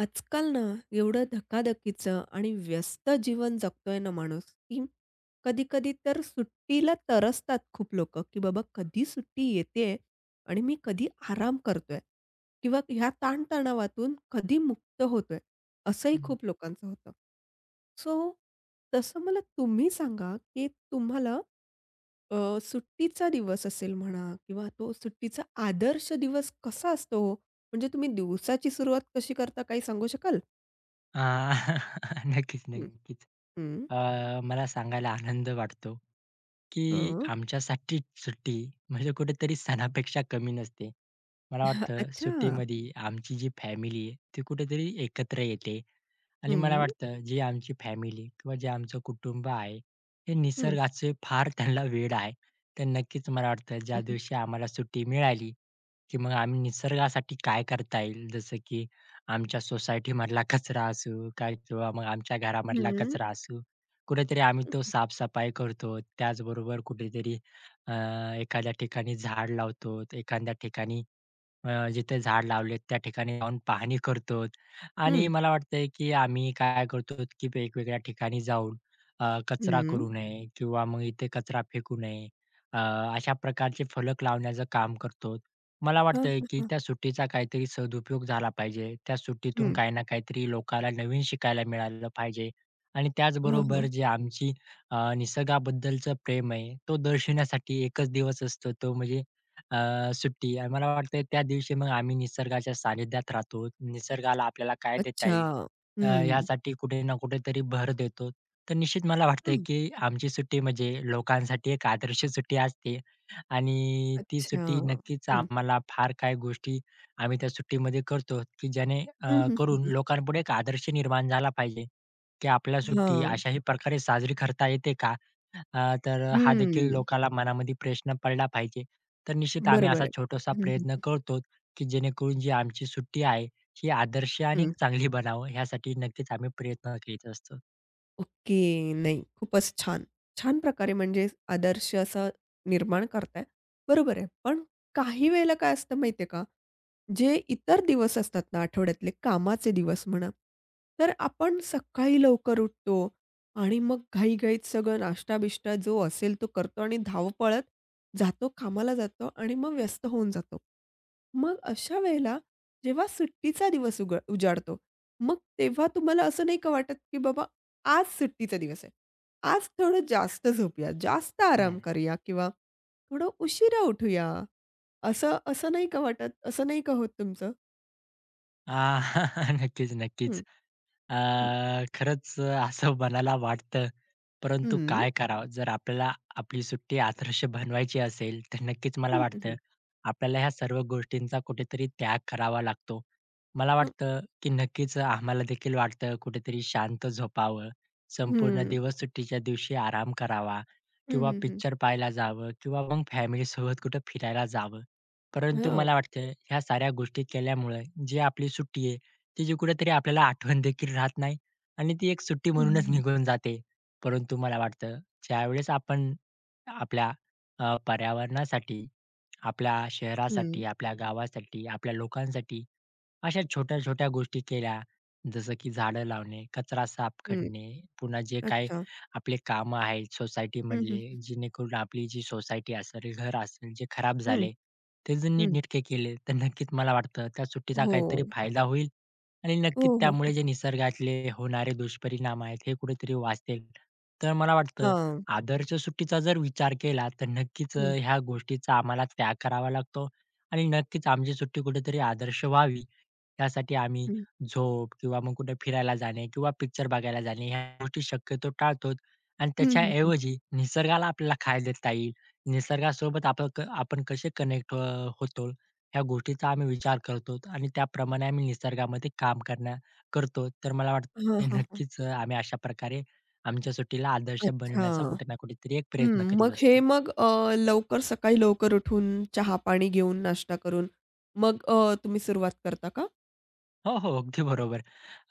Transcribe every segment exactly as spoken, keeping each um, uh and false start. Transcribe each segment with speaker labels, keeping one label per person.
Speaker 1: आजकाल ना एवढं धकाधकीचं आणि व्यस्त जीवन जगतोय ना माणूस, की कधी-कधी तर सुट्टीला तरसतात खूप लोकं, की बाबा कधी सुट्टी येतेय आणि मी कधी आराम करतोय किंवा ह्या ताणतणावातून कधी मुक्त होतोय, असंही
Speaker 2: हं.
Speaker 1: खूप लोकांचं होतं. सो तसं मला तुम्ही सांगा, की तुम्हाला अ, सुट्टीचा दिवस असेल म्हणा किंवा तो सुट्टीचा आदर्श दिवस कसा असतो? हो? म्हणजे तुम्ही दिवसाची सुरुवात कशी करता काही सांगू शकाल?
Speaker 2: अ, नक्कीच,
Speaker 1: हं,
Speaker 2: नक्कीच.
Speaker 1: हं,
Speaker 2: अ, मला सांगायला आनंद वाटतो, की
Speaker 1: हां.
Speaker 2: आमच्यासाठी सुट्टी म्हणजे कुठेतरी सणापेक्षा कमी नसते. मला वाटतं
Speaker 1: अच्छा.
Speaker 2: सुट्टीमध्ये आमची जी फॅमिली आहे, ती कुठेतरी एकत्र येते आणि मला
Speaker 1: हं,
Speaker 2: वाटतं जी आमची फॅमिली किंवा जे आमचं कुटुंब आहे, हे
Speaker 1: हं.
Speaker 2: निसर्गाचे फार त्यांना वेड आहे. तर नक्कीच मला वाटतं
Speaker 1: हं,
Speaker 2: ज्या
Speaker 1: हं.
Speaker 2: दिवशी आम्हाला सुट्टी मिळाली, की मग आम्ही निसर्गासाठी काय करता येईल जसं की आमच्या सोसायटीमधला कचरा असू काय किंवा मग आमच्या घरामधला कचरा असू, कुठेतरी आम्ही तो साफ-सफाई करतो. त्याचबरोबर कुठेतरी अ, एखाद्या ठिकाणी झाड लावतो, एखाद्या ठिकाणी अ, जिथे झाड लावलेत त्या ठिकाणी जाऊन पाहणी करतो आणि
Speaker 1: हं,
Speaker 2: मला वाटतंय की आम्ही काय करतो की वेगवेगळ्या ठिकाणी जाऊन अ,
Speaker 1: हं,
Speaker 2: कचरा
Speaker 1: हं.
Speaker 2: करू नये किंवा मग इथे कचरा फेकू नये. अ, अशा प्रकारचे फलक लावण्याचं काम करतो. मला
Speaker 1: हां,
Speaker 2: वाटतंय, की
Speaker 1: हां,
Speaker 2: त्या सुट्टीचा काहीतरी सदुपयोग झाला पाहिजे. त्या सुट्टीतून
Speaker 1: हं.
Speaker 2: काही ना काहीतरी लोकाला नवीन शिकायला मिळालं पाहिजे आणि
Speaker 1: हां,
Speaker 2: त्याचबरोबर
Speaker 1: हां.
Speaker 2: जे आमची अ, निसर्गाबद्दलचं प्रेम आहे, तो दर्शवण्यासाठी एकच दिवस असतो तो म्हणजे अ, सुट्टी. आणि मला वाटतंय त्या दिवशी मग आम्ही निसर्गाच्या सानिध्यात राहतो. निसर्गाला आपल्याला काय देता
Speaker 1: अच्छा.
Speaker 2: येईल? अ,
Speaker 1: हं.
Speaker 2: ह्यासाठी कुठे ना कुठेतरी भर देतो. तर निश्चित मला वाटतंय,
Speaker 1: हं.
Speaker 2: की आमची सुट्टी म्हणजे लोकांसाठी एक आदर्श सुट्टी असते आणि ती
Speaker 1: अच्छा.
Speaker 2: सुट्टी नक्कीच
Speaker 1: हं.
Speaker 2: आम्हाला फार काय गोष्टी आम्ही त्या सुट्टीमध्ये करतो, की ज्याने अ,
Speaker 1: हं, हं, हं,
Speaker 2: करून
Speaker 1: हं.
Speaker 2: लोकांपुढे एक आदर्श निर्माण झाला पाहिजे, की आपल्या सुट्टी
Speaker 1: हां.
Speaker 2: अशाही प्रकारे साजरी करता येते का? अ, तर हा देखील
Speaker 1: हं.
Speaker 2: लोकाला मनामध्ये प्रश्न पडला पाहिजे. तर निश्चित आम्ही
Speaker 1: बरोबर
Speaker 2: असा
Speaker 1: आहे.
Speaker 2: छोटासा
Speaker 1: हं,
Speaker 2: प्रयत्न
Speaker 1: हं,
Speaker 2: करतो, की जेणेकरून जी आमची सुट्टी आहे ही आदर्श आणि एक
Speaker 1: हं.
Speaker 2: चांगली बनावं ह्यासाठी नक्कीच आम्ही प्रयत्न करीत असतो.
Speaker 1: ओके. नाही, खूपच छान. छान प्रकारे म्हणजे आदर्श असा निर्माण करताय. बरोबर आहे. पण काही वेळेला काय असतं माहिती आहे का? जे इतर दिवस असतात ना आठवड्यातले, कामाचे दिवस म्हणा, तर आपण सकाळी लवकर उठतो आणि मग घाईघाईत सगळं नाश्ता-बिष्टा जो असेल तो करतो आणि धावपळत जातो, कामाला जातो आणि मग व्यस्त होऊन जातो. मग अशा वेळेला जेव्हा सुट्टीचा दिवस उग उजाडतो, मग तेव्हा तुम्हाला असं नाही का वाटत, की बाबा आज सुट्टीचा दिवस आहे. आज थोडं जास्त झोपूया, जास्त
Speaker 2: हं,
Speaker 1: आराम
Speaker 2: हं.
Speaker 1: करूया किंवा थोडं उशिरा उठूया? असं असं नाही का वाटत? असं नाही का होत तुमचं?
Speaker 2: नक्कीच,
Speaker 1: हं,
Speaker 2: नक्कीच. अ,
Speaker 1: हं,
Speaker 2: खरंच असं मनाला वाटतं, परंतु
Speaker 1: हं,
Speaker 2: काय करावं? जर आपल्याला आपली सुट्टी आदर्श बनवायची असेल, तर नक्कीच मला
Speaker 1: हं, हं,
Speaker 2: वाटतं,
Speaker 1: हं.
Speaker 2: आपल्याला ह्या सर्व गोष्टींचा कुठेतरी त्याग करावा लागतो. मला
Speaker 1: हं,
Speaker 2: वाटतं, की नक्कीच आम्हाला देखील वाटतं कुठेतरी शांत झोपावं, संपूर्ण
Speaker 1: हं,
Speaker 2: दिवस सुट्टीच्या दिवशी आराम करावा
Speaker 1: हं,
Speaker 2: किंवा
Speaker 1: हं,
Speaker 2: पिक्चर पाहायला जावं किंवा मग फॅमिलीसोबत कुठं फिरायला जावं. परंतु
Speaker 1: हो.
Speaker 2: मला वाटतं, ह्या साऱ्या गोष्टी केल्यामुळे जी आपली सुट्टी आहे, तिची कुठेतरी आपल्याला आठवण देखील राहत नाही आणि ती एक सुट्टी
Speaker 1: हं,
Speaker 2: म्हणूनच
Speaker 1: हं,
Speaker 2: निघून जाते. परंतु मला वाटतं ज्यावेळेस आपण आपल्या अ, पर्यावरणासाठी, आपल्या
Speaker 1: हं,
Speaker 2: शहरासाठी, आपल्या गावासाठी, आपल्या लोकांसाठी अशा छोट्या-छोट्या गोष्टी केल्या, जसं की झाडं लावणे, कचरा साफ
Speaker 1: हं.
Speaker 2: करणे, पुन्हा जे काही
Speaker 1: अच्छा.
Speaker 2: आपले कामं आहेत
Speaker 1: हं, हं,
Speaker 2: सोसायटीमधले, जेणेकरून आपली जी सोसायटी असेल, घर असेल, जे खराब
Speaker 1: हं,
Speaker 2: झाले, ते जर
Speaker 1: हं.
Speaker 2: नीटनेटके केले, तर नक्कीच मला वाटतं त्या सुट्टीचा
Speaker 1: हो.
Speaker 2: काहीतरी फायदा होईल आणि
Speaker 1: हो,
Speaker 2: नक्कीच
Speaker 1: हो, हो.
Speaker 2: त्यामुळे जे निसर्गातले होणारे दुष्परिणाम आहेत, हे कुठेतरी वाचतील. तर मला वाटतं
Speaker 1: हां.
Speaker 2: आदर्श सुट्टीचा जर विचार केला, तर नक्कीच
Speaker 1: हं,
Speaker 2: अ, ह्या गोष्टीचा आम्हाला त्याग करावा लागतो आणि नक्कीच आमची सुट्टी कुठेतरी आदर्श व्हावी, यासाठी आम्ही
Speaker 1: हं,
Speaker 2: झोप किंवा मग कुठे फिरायला जाणे किंवा पिक्चर बघायला जाणे, ह्या गोष्टी शक्यतो टाळतोच आणि
Speaker 1: हं, हं, हं.
Speaker 2: त्याच्याऐवजी निसर्गाला आपल्याला खायला देता येईल. निसर्गासोबत आपण क आपण कसे कनेक्ट होतो ह्या गोष्टीचा आम्ही विचार करतो आणि त्याप्रमाणे आम्ही निसर्गामध्ये काम करण्या करतो. तर मला
Speaker 1: हां,
Speaker 2: वाटतं
Speaker 1: हां, हां.
Speaker 2: नक्कीच अ, आम्ही अशा प्रकारे आमच्या सुट्टीला आदर्श
Speaker 1: अच्छा.
Speaker 2: बनविण्याचा कुठे ना कुठेतरी एक
Speaker 1: हं.
Speaker 2: प्रयत्न करीत
Speaker 1: मग
Speaker 2: असतो.
Speaker 1: हे मग अ, लवकर सकाळी लवकर उठून चहा-पाणी घेऊन, नाश्ता करून मग अ, तुम्ही सुरुवात करता का?
Speaker 2: हो, हो. अगदी बरोबर.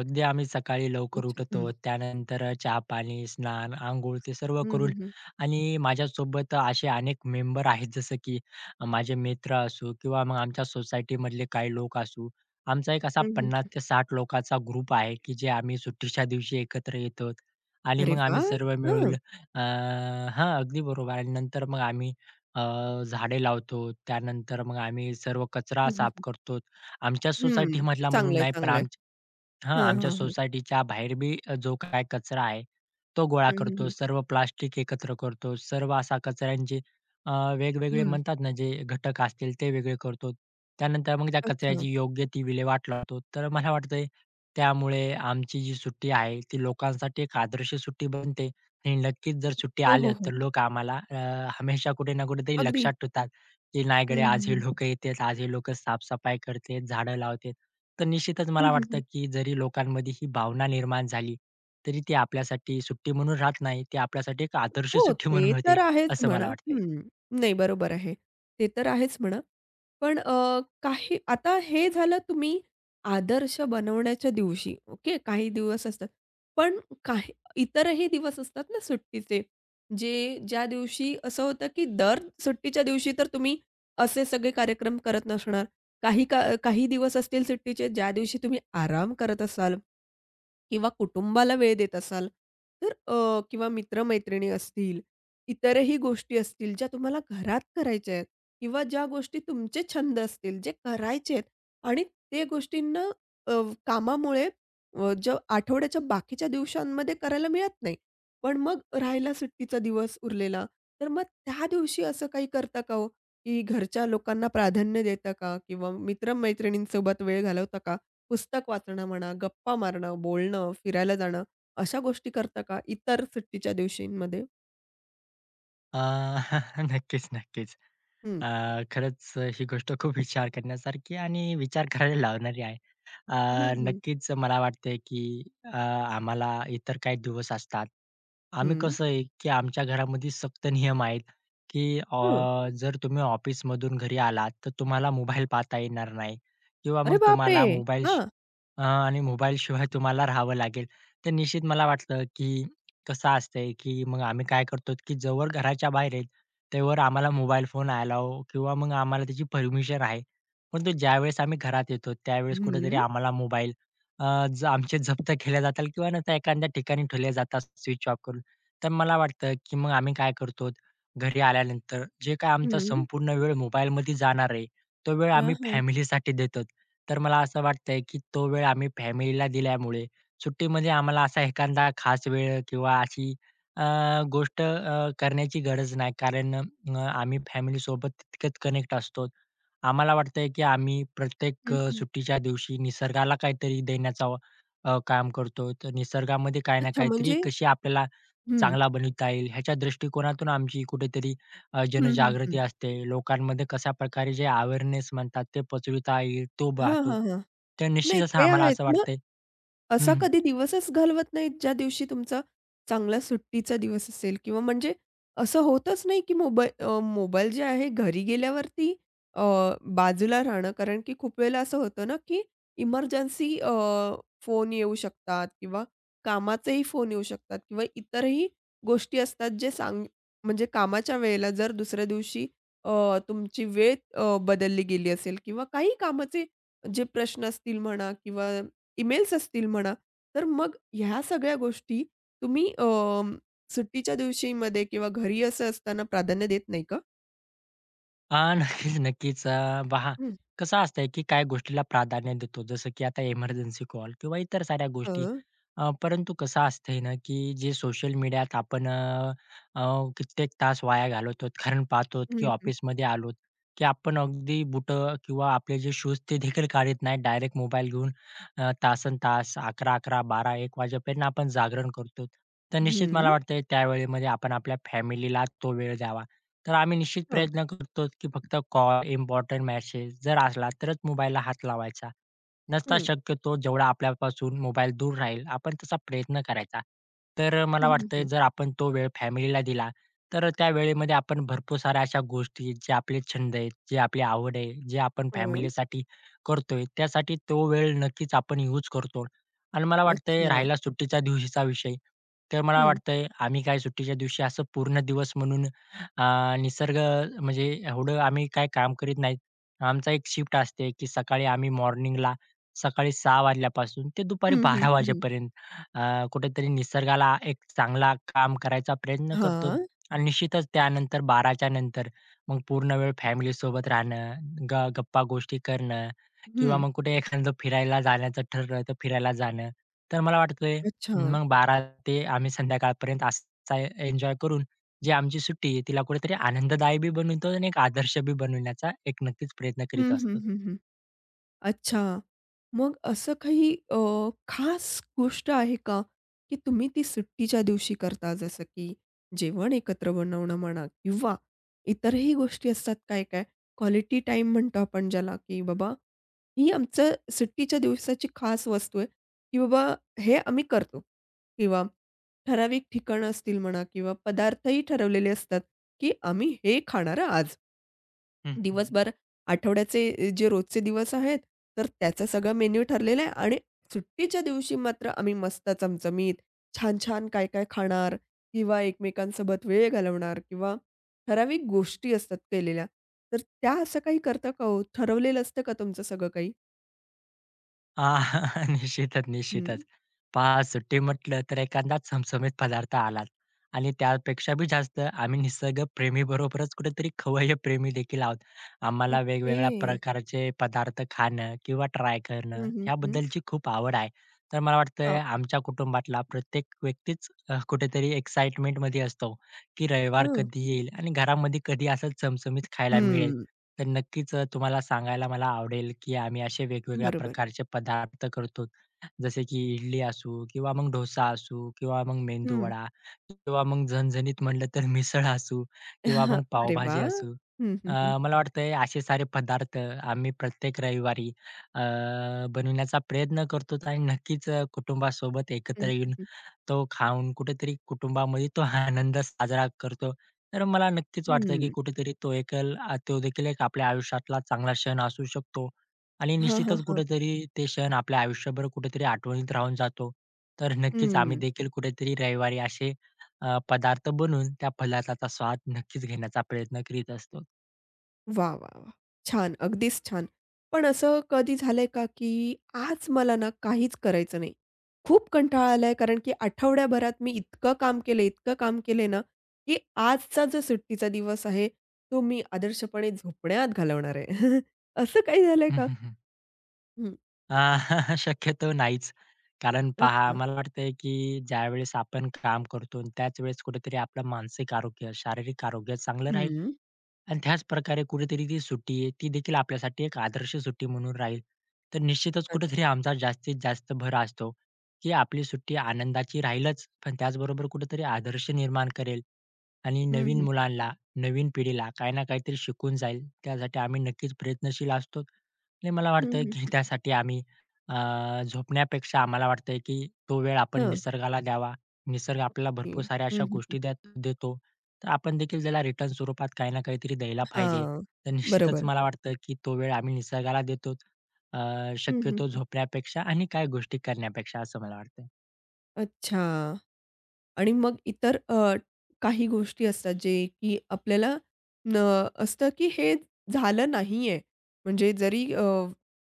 Speaker 2: अगदी आम्ही सकाळी लवकर
Speaker 1: अच्छा.
Speaker 2: उठतो.
Speaker 1: हं.
Speaker 2: त्यानंतर अ, चहा-पाणी, स्नान, अंघोळ ते सर्व
Speaker 1: हं,
Speaker 2: करून
Speaker 1: हं, हं.
Speaker 2: आणि माझ्यासोबत असे अनेक मेंबर आहेत जसं की माझे मित्र असू किंवा मग आमच्या सोसायटीमधले काही लोक असू. आमचा एक असा
Speaker 1: हं,
Speaker 2: पन्नास
Speaker 1: हं.
Speaker 2: ते साठ लोकांचा ग्रुप आहे, की जे आम्ही सुट्टीच्या दिवशी एकत्र येतो आणि
Speaker 1: अरे
Speaker 2: मग आम्ही
Speaker 1: वाह!
Speaker 2: सर्व मिळून
Speaker 1: हां.
Speaker 2: अ, हां, अगदी बरोबर आणि नंतर मग आम्ही अ, झाडे लावतो. त्यानंतर मग आम्ही सर्व कचरा
Speaker 1: हं,
Speaker 2: साफ
Speaker 1: हं.
Speaker 2: करतो. आमच्या
Speaker 1: हं.
Speaker 2: सोसायटीमधला म्हणून
Speaker 1: चांगलंय,
Speaker 2: नाही, पण
Speaker 1: चांगलंय.
Speaker 2: आमच्या हां,
Speaker 1: हां,
Speaker 2: आमच्या
Speaker 1: हां, हां.
Speaker 2: सोसायटीच्या बाहेर बी अ, जो काय कचरा आहे, तो गोळा
Speaker 1: हं, हं,
Speaker 2: करतो.
Speaker 1: हं.
Speaker 2: सर्व प्लास्टिक एकत्र करतो. सर्व असा कचऱ्यांचे अ, वेगवेगळे
Speaker 1: हं.
Speaker 2: म्हणतात ना, जे घटक असतील ते वेगळे करतो. त्यानंतर मग त्या
Speaker 1: अच्छा.
Speaker 2: कचऱ्याची योग्य ती विल्हेवाट लावतो. तर मला वाटतंय त्यामुळे आमची जी सुट्टी आहे, ती लोकांसाठी एक आदर्श सुट्टी बनते आणि नक्कीच जर सुट्ट्या
Speaker 1: हो, हो,
Speaker 2: आल्या,
Speaker 1: हो.
Speaker 2: तर लोक आम्हाला अ, हमेशा कुठे ना कुठेतरी
Speaker 1: अगदी.
Speaker 2: लक्षात ठेवतात. की नाही
Speaker 1: हं,
Speaker 2: गड्या आज
Speaker 1: हं,
Speaker 2: हे
Speaker 1: हं.
Speaker 2: लोकं येतात, आज हे लोकं साफ करतात, झाडं लावतात. तर निश्चितच
Speaker 1: हं,
Speaker 2: मला
Speaker 1: हं,
Speaker 2: वाटतं,
Speaker 1: हं.
Speaker 2: की जरी लोकांमध्ये ही भावना निर्माण झाली, तरी ती आपल्यासाठी सुट्टी म्हणून राहत नाही. ती आपल्यासाठी एक आदर्श
Speaker 1: हो,
Speaker 2: सुट्टी
Speaker 1: ते
Speaker 2: म्हणून होते,
Speaker 1: तर आहेच
Speaker 2: असं
Speaker 1: म्हणा.
Speaker 2: मला वाटतंय.
Speaker 1: हं. नाही बरोबर आहे. ते तर आहेच म्हणा. पण अ, काही आता हे झालं तुम्ही आदर्श बनवण्याच्या दिवशी, ओके. काही दिवस असतात. पण काही इतरही दिवस असतात ना सुट्टीचे, जे ज्या दिवशी असं होतं, की दर सुट्टीच्या दिवशी तर तुम्ही असे सगळे कार्यक्रम करत नसणार. काही का काही दिवस असतील सुट्टीचे ज्या दिवशी तुम्ही आराम करत असाल. किंवा कुटुंबाला वेळ देत असाल, तर अ, किंवा मित्र-मैत्रिणी असतील, इतरही गोष्टी असतील ज्या तुम्हाला घरात करायच्या आहेत किंवा ज्या गोष्टी तुमचे छंद असतील, जे करायचे आहेत आणि ते गोष्टींना अ, कामामुळे अ, ज आठवड्याच्या बाकीच्या दिवसांमध्ये करायला मिळत नाही. पण मग राहिला सुट्टीचा दिवस उरलेला, तर मग त्या दिवशी असं काही करता का हो, की घरच्या लोकांना प्राधान्य देता का किंवा मित्र वेळ घालवता का? पुस्तक वाचणं म्हणा, गप्पा मारणं, बोलणं, फिरायला जाणं अशा गोष्टी करता का इतर सुट्टीच्या दिवशींमध्ये?
Speaker 2: अ, नक्कीच, नक्कीच.
Speaker 1: हं.
Speaker 2: अ, खरंच ही गोष्ट खूप विचार करण्यासारखी आणि विचार करायला लावणारी आहे. अ,
Speaker 1: हं, हं.
Speaker 2: नक्कीच मला वाटतंय की अ, आम्हाला इतर काही दिवस असतात. आम्ही
Speaker 1: हं.
Speaker 2: कसं आहे की आमच्या घरामध्ये सक्त नियम आहेत की अ,
Speaker 1: हं.
Speaker 2: जर तुम्ही ऑफिसमधून घरी आलात, तर तुम्हाला मोबाईल पाहता येणार नाही किंवा
Speaker 1: अरे
Speaker 2: मग
Speaker 1: बापरे!
Speaker 2: तुम्हाला मोबाईल
Speaker 1: हां.
Speaker 2: अ, आणि मोबाईलशिवाय तुम्हाला राहावं लागेल. तर निश्चित मला वाटतं की कसं असतंय, की मग आम्ही काय करतो, की जोवर घराच्या बाहेर आहेत, तेवर आम्हाला मोबाईल फोन अलाऊ किंवा मग आम्हाला त्याची परमिशन आहे. परंतु ज्यावेळेस आम्ही घरात येतो, त्यावेळेस कुठेतरी
Speaker 1: हं.
Speaker 2: आम्हाला मोबाईल अ, ज आमचे जप्त केले जातात किंवा नंतर एखाद्या ठिकाणी ठेवले जातात स्विच ऑफ करून. तर मला वाटतं, की मग आम्ही काय करतो, घरी आल्यानंतर जे काय आमचा
Speaker 1: हं.
Speaker 2: संपूर्ण वेळ मोबाईलमध्ये जाणार आहे, तो वेळ
Speaker 1: हां,
Speaker 2: आम्ही
Speaker 1: हां.
Speaker 2: फॅमिलीसाठी देतो. तर मला असं वाटतंय, की तो वेळ आम्ही फॅमिलीला दिल्यामुळे सुट्टीमध्ये आम्हाला असा एखादा खास वेळ किंवा अशी अ, गोष्ट अ, करण्याची गरज नाही. कारण अ, आम्ही फॅमिलीसोबत तितकंच कनेक्ट असतो. आम्हाला वाटतंय, की आम्ही प्रत्येक
Speaker 1: हं,
Speaker 2: अ,
Speaker 1: हं.
Speaker 2: सुट्टीच्या दिवशी निसर्गाला काहीतरी देण्याचा अ, काम करतो. तर निसर्गामध्ये काही ना
Speaker 1: अच्छा
Speaker 2: काहीतरी
Speaker 1: म्हणजे
Speaker 2: कशी आपल्याला
Speaker 1: हं.
Speaker 2: चांगला बनविता येईल ह्याच्या दृष्टिकोनातून आमची कुठेतरी अ,
Speaker 1: हं, हं, हं.
Speaker 2: जनजागृती असते. लोकांमध्ये कशा प्रकारे जे अवेअरनेस म्हणतात ते पचविता येईल तो
Speaker 1: हां,
Speaker 2: पाहतो.
Speaker 1: हां, हां.
Speaker 2: तर
Speaker 1: नाही
Speaker 2: निश्चितच
Speaker 1: ते
Speaker 2: आम्हाला
Speaker 1: आहेच.
Speaker 2: असं
Speaker 1: मग
Speaker 2: वाटतंय.
Speaker 1: असा
Speaker 2: हं,
Speaker 1: कधी दिवसच घालवत नाहीत, ज्या दिवशी तुमचा चांगला सुट्टीचा दिवस असेल किंवा म्हणजे असं होतच नाही, की मोबाईल अ, मोबाईल जे आहे घरी गेल्यावरती अ, बाजूला राहणं. कारण की खूप वेळेला असं होतं ना, की इमर्जन्सी फोन येऊ शकतात किंवा कामाचेही फोन येऊ शकतात किंवा इतरही गोष्टी असतात, जे सांग म्हणजे कामाच्या वेळेला जर दुसऱ्या दिवशी अ, तुमची वेळ अ, बदलली गेली असेल किंवा काही कामाचे जे प्रश्न असतील म्हणा किंवा ईमेल्स असतील म्हणा, तर मग ह्या सगळ्या गोष्टी तुम्ही अं, सुट्टीच्या दिवशीमध्ये किंवा घरी असं असताना प्राधान्य देत नाही का?
Speaker 2: हां, नक्कीच, नक्कीच. अ, पहा
Speaker 1: हं.
Speaker 2: कसं असतंय, की काय गोष्टीला प्राधान्य देतो, जसं की आता एमर्जन्सी कॉल किंवा इतर साऱ्या गोष्टी.
Speaker 1: हां.
Speaker 2: अ, परंतु कसं असतंय ना, की जे सोशल मीडियात आपण अ, अ, कित्येक तास वाया घालवतो. कारण पाहतो,
Speaker 1: हं,
Speaker 2: की
Speaker 1: हं.
Speaker 2: ऑफिसमध्ये आलो, की आपण अगदी बुटं किंवा आपले जे शूज ते देखील काढत नाही. डायरेक्ट मोबाईल घेऊन अ, तासंतास अकरा अकरा, बारा एक वाजेपर्यंत आपण जागरण करतो. तर निश्चित
Speaker 1: हं.
Speaker 2: मला वाटतंय त्यावेळेमध्ये आपण आपल्या फॅमिलीला तो वेळ द्यावा. तर आम्ही निश्चित
Speaker 1: हां.
Speaker 2: प्रयत्न करतो, की फक्त कॉल, इम्पोर्टंट मेसेज जर असला तरच मोबाईलला हात लावायचा. नसता
Speaker 1: हं.
Speaker 2: शक्यतो जेवढा आपल्यापासून मोबाईल दूर राहील, आपण तसा प्रयत्न करायचा. तर मला
Speaker 1: हं, हं,
Speaker 2: वाटतंय
Speaker 1: हं.
Speaker 2: जर आपण तो वेळ फॅमिलीला दिला, तर त्या वेळेमध्ये आपण भरपूर साऱ्या अशा गोष्टी जे आपले छंद आहेत, जे आपली आवड आहे, जे आपण
Speaker 1: हां.
Speaker 2: फॅमिलीसाठी करतोय, त्यासाठी तो वेळ नक्कीच आपण यूज करतो. आणि मला वाटतंय
Speaker 1: अच्छा.
Speaker 2: राहिला सुट्टीच्या दिवशीचा विषय, तर मला
Speaker 1: हं.
Speaker 2: वाटतंय आम्ही काय सुट्टीच्या दिवशी असं पूर्ण दिवस म्हणून अ, निसर्ग म्हणजे एवढं आम्ही काही काम करीत नाहीत. आमचा एक शिफ्ट असते, की सकाळी आम्ही मॉर्निंगला सकाळी सहा वाजल्यापासून ते दुपारी
Speaker 1: हं, हं,
Speaker 2: बारा
Speaker 1: हं, हं.
Speaker 2: वाजेपर्यंत अ, कुठेतरी निसर्गाला एक चांगला काम करायचा प्रयत्न करतो
Speaker 1: हां.
Speaker 2: आणि निश्चितच त्यानंतर 12:00च्या नंतर मग पूर्ण वेळ फॅमिलीसोबत राहणं, ग गप्पा-गोष्टी करणं किंवा
Speaker 1: हं.
Speaker 2: मग कुठे एखादं फिरायला जाण्याचं ठरलं, तर फिरायला जाणं. तर मला वाटतंय
Speaker 1: अच्छा.
Speaker 2: मग बारा ते आम्ही संध्याकाळपर्यंत असा एन्जॉय करून जी आमची सुट्टी आहे, तिला कुठेतरी आनंददायी बी बनवतो आणि एक आदर्श बी बनवण्याचा एक नक्कीच प्रयत्न करीत
Speaker 1: हं, हं,
Speaker 2: असतो.
Speaker 1: हं, हं. अच्छा. मग असं काही अ, खास गोष्ट आहे का, की तुम्ही ती सुट्टीच्या दिवशी करता? जसं की जेवण एकत्र बनवणं म्हणा किंवा इतरही गोष्टी असतात काय-काय. क्वालिटी टाईम म्हणतो आपण ज्याला, की बाबा ही आमचं सुट्टीच्या दिवसाची खास वस्तू आहे, की बाबा हे आम्ही करतो. किंवा ठराविक ठिकाणं असतील म्हणा किंवा पदार्थही ठरवलेले असतात, की आम्ही हे खाणार आज.
Speaker 2: हं, हं.
Speaker 1: दिवसभर आठवड्याचे जे रोजचे दिवस आहेत, तर त्याचा सगळा मेन्यू ठरलेला आहे आणि सुट्टीच्या दिवशी मात्र आम्ही मस्त चमचमीत, छान-छान काय-काय खाणार किंवा एकमेकांसोबत वेळ घालवणार किंवा ठराविक गोष्टी असतात केलेल्या. तर त्या असं काही करता का हो? ठरवलेलं असतं का तुमचं सगळं काही?
Speaker 2: आ, निश्चितच,
Speaker 1: हं.
Speaker 2: निश्चितच. पहा सुट्टी म्हटलं तर एखादा चमचमीत पदार्थ आलाच आणि त्यापेक्षा बी जास्त आम्ही निसर्गप्रेमी बरोबरच कुठेतरी खवय्ये प्रेमी देखील आहोत. आम्हाला
Speaker 1: ओके.
Speaker 2: वेगवेगळ्या प्रकारचे पदार्थ खाणं किंवा ट्राय करणं
Speaker 1: हं, हं, हं.
Speaker 2: ह्याबद्दलची खूप आवड आहे. तर मला वाटतं
Speaker 1: हां.
Speaker 2: आमच्या कुटुंबातला प्रत्येक व्यक्तीच अ, कुठेतरी एक्साईटमेंटमध्ये असतो, की रविवार
Speaker 1: हं.
Speaker 2: कधी येईल आणि घरामध्ये कधी असं चमचमीत खायला मिळेल.
Speaker 1: हं.
Speaker 2: तर नक्कीच अ, तुम्हाला सांगायला मला आवडेल, की आम्ही असे वेगवेगळ्या
Speaker 1: बरोबर.
Speaker 2: प्रकारचे पदार्थ करतो. जसे की इडली असू किंवा मग डोसा असू किंवा मग
Speaker 1: हं.
Speaker 2: मेंदूवडा किंवा मग झणझणीत म्हणलं तर मिसळ असू किंवा मग
Speaker 1: अरे
Speaker 2: पावभाजी
Speaker 1: वाह!
Speaker 2: असू.
Speaker 1: हं, हं, हं.
Speaker 2: अ, मला वाटतंय असे सारे पदार्थ आम्ही प्रत्येक रविवारी अ, बनविण्याचा प्रयत्न करतो आणि नक्कीच अ, कुटुंबासोबत
Speaker 1: हं,
Speaker 2: एकत्र
Speaker 1: हं,
Speaker 2: येऊन
Speaker 1: हं.
Speaker 2: तो खाऊन कुठेतरी कुटुंबामध्ये तो आनंद साजरा करतो. तर मला नक्कीच वाटतं, की
Speaker 1: हं.
Speaker 2: कुठेतरी तो एकल अ, तो देखील एक आपल्या आयुष्यातला चांगला क्षण असू शकतो आणि
Speaker 1: हां, हां,
Speaker 2: निश्चितच
Speaker 1: हां.
Speaker 2: कुठेतरी ते क्षण आपल्या आयुष्यभर कुठेतरी आठवणीत राहून जातो. तर नक्कीच आम्ही
Speaker 1: हं.
Speaker 2: देखील कुठेतरी रविवारी असे अ, पदार्थ बनवून त्या पदार्थाचा स्वाद नक्कीच घेण्याचा प्रयत्न करीत असतो.
Speaker 1: वा, वा, वाह! छान, अगदीच छान. पण असं कधी झालंय का, की आज मला ना काहीच करायचं नाही. खूप कंटाळा आलाय कारण की आठवड्याभरात मी इतकं काम केलंय, इतकं काम केलंय ना, की आजचा जो सुट्टीचा दिवस आहे, तो मी आदर्शपणे झोपण्यात घालवणार आहे. असं काही झालंय का? हं,
Speaker 2: अ, शक्यतो नाहीच. कारण पहा,
Speaker 1: अच्छा.
Speaker 2: मला वाटतंय की ज्यावेळेस आपण काम करतो आणि त्याच वेळेस कुठेतरी आपलं मानसिक आरोग्य, शारीरिक आरोग्य चांगलं राहिलं
Speaker 1: हं,
Speaker 2: आणि त्याच प्रकारे कुठेतरी ती सुट्टी आहे, ती देखील आपल्यासाठी एक आदर्श सुट्टी म्हणून राहील. तर निश्चितच
Speaker 1: अच्छा.
Speaker 2: कुठेतरी आमचा जास्तीत जास्त भर असतो, की आपली सुट्टी आनंदाची राहीलच, पण त्याचबरोबर कुठेतरी आदर्श निर्माण करेल आणि
Speaker 1: हं,
Speaker 2: नवीन
Speaker 1: हं.
Speaker 2: मुलांना, नवीन पिढीला काही ना काहीतरी शिकून जाईल, त्यासाठी आम्ही नक्कीच प्रयत्नशील असतो. आणि मला
Speaker 1: हं,
Speaker 2: वाटतं,
Speaker 1: हं,
Speaker 2: की
Speaker 1: हं.
Speaker 2: त्यासाठी आम्ही अ, झोपण्यापेक्षा आम्हाला वाटतंय, की तो वेळ आपण
Speaker 1: हां.
Speaker 2: निसर्गाला द्यावा. निसर्ग आपल्याला
Speaker 1: हं,
Speaker 2: भरपूर साऱ्या
Speaker 1: हं,
Speaker 2: अशा
Speaker 1: हं.
Speaker 2: गोष्टी द्या देतो. तर आपण देखील त्याला रिटर्न स्वरूपात काही ना काहीतरी द्यायला पाहिजे.
Speaker 1: हां.
Speaker 2: तर निश्चितच
Speaker 1: बरोबर.
Speaker 2: मला वाटतं, की तो वेळ आम्ही निसर्गाला देतो. अ,
Speaker 1: हं, हं,
Speaker 2: शक्यतो
Speaker 1: हं.
Speaker 2: झोपण्यापेक्षा आणि काही गोष्टी करण्यापेक्षा असं मला वाटतं.
Speaker 1: अच्छा. आणि मग इतर अ, काही गोष्टी असतात जे की आपल्याला न असतं की हे झालं नाहीये. म्हणजे जरी अ,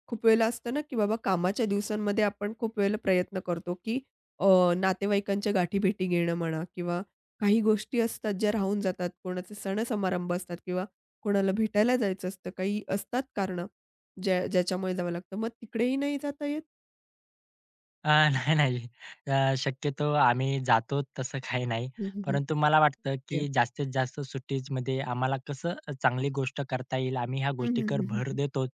Speaker 1: खूप वेळेला असतं ना की बाबा कामाच्या दिवसांमध्ये आपण खूप वेळेला प्रयत्न करतो की अ, नातेवाईकांच्या गाठीभेटी घेणं म्हणा किंवा काही गोष्टी असतात ज्या राहून जातात. कोणाचे सण-समारंभ असतात किंवा कोणाला भेटायला जायचं असतं. काही असतात कारणं ज्या ज्याच्यामुळे जावं लागतं. मग तिकडेही नाही जाता येत.
Speaker 2: अ, नाही, नाही. अ, शक्यतो आम्ही जातो तसं काही नाही.
Speaker 1: हं, हं, हं.
Speaker 2: परंतु मला वाटतं, की
Speaker 1: ते.
Speaker 2: जास्तीत जास्त सुट्टीजमध्ये आम्हाला कसं चांगली गोष्ट करता येईल, आम्ही ह्या
Speaker 1: हं, हं,
Speaker 2: गोष्टीकर
Speaker 1: हं, हं,
Speaker 2: भर
Speaker 1: हं.
Speaker 2: देतो.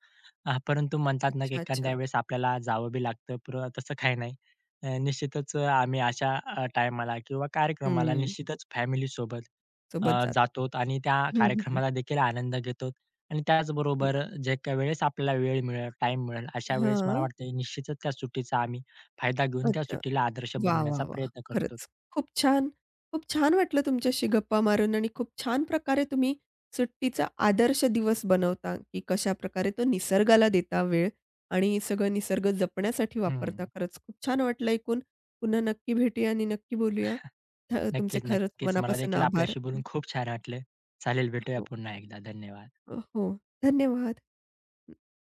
Speaker 2: अ, परंतु म्हणतात ना, की
Speaker 1: अच्छा, अच्छा.
Speaker 2: एखाद्या वेळेस आपल्याला जावं बी लागतं, पर तसं काही नाही. अ, निश्चितच आम्ही अशा टायमाला किंवा कार्यक्रमाला
Speaker 1: हं.
Speaker 2: निश्चितच फॅमिलीसोबत
Speaker 1: सोबत
Speaker 2: अ,
Speaker 1: जात
Speaker 2: जातो आणि त्या
Speaker 1: हं, हं, हं,
Speaker 2: कार्यक्रमाला देखील आनंद घेतो. आणि
Speaker 1: हं.
Speaker 2: त्याचबरोबर जे काही वेळेस आपल्याला वेळ मिळेल, टाईम मिळेल, अशा वेळेस मला
Speaker 1: हां.
Speaker 2: वाटतं निश्चितच त्या सुट्टीचा आम्ही फायदा घेऊन त्या
Speaker 1: अच्छा.
Speaker 2: सुट्टीला आदर्श
Speaker 1: वाह,
Speaker 2: बनवण्याचा
Speaker 1: वाह, वाह!
Speaker 2: प्रयत्न करतो.
Speaker 1: खरंच खूप छान. खूप छान वाटलं तुमच्याशी गप्पा मारून आणि खूप छान प्रकारे तुम्ही सुट्टीचा आदर्श दिवस बनवता, की कशाप्रकारे तो निसर्गाला देता वेळ आणि सगळं निसर्ग जपण्यासाठी वापरता.
Speaker 2: हं.
Speaker 1: खरंच खूप छान वाटलं ऐकून. पुन्हा नक्की भेटूया आणि नक्की बोलूया. थ तुमचे
Speaker 2: नक्कीच,
Speaker 1: खरंच
Speaker 2: नक्कीच. मला
Speaker 1: मनापासून
Speaker 2: देखील
Speaker 1: आभार.
Speaker 2: आपल्याशी बोलून खूप छान वाटलं. चालेल, भेटूया
Speaker 1: हो,
Speaker 2: पुन्हा एकदा. धन्यवाद.
Speaker 1: हो. हो. धन्यवाद.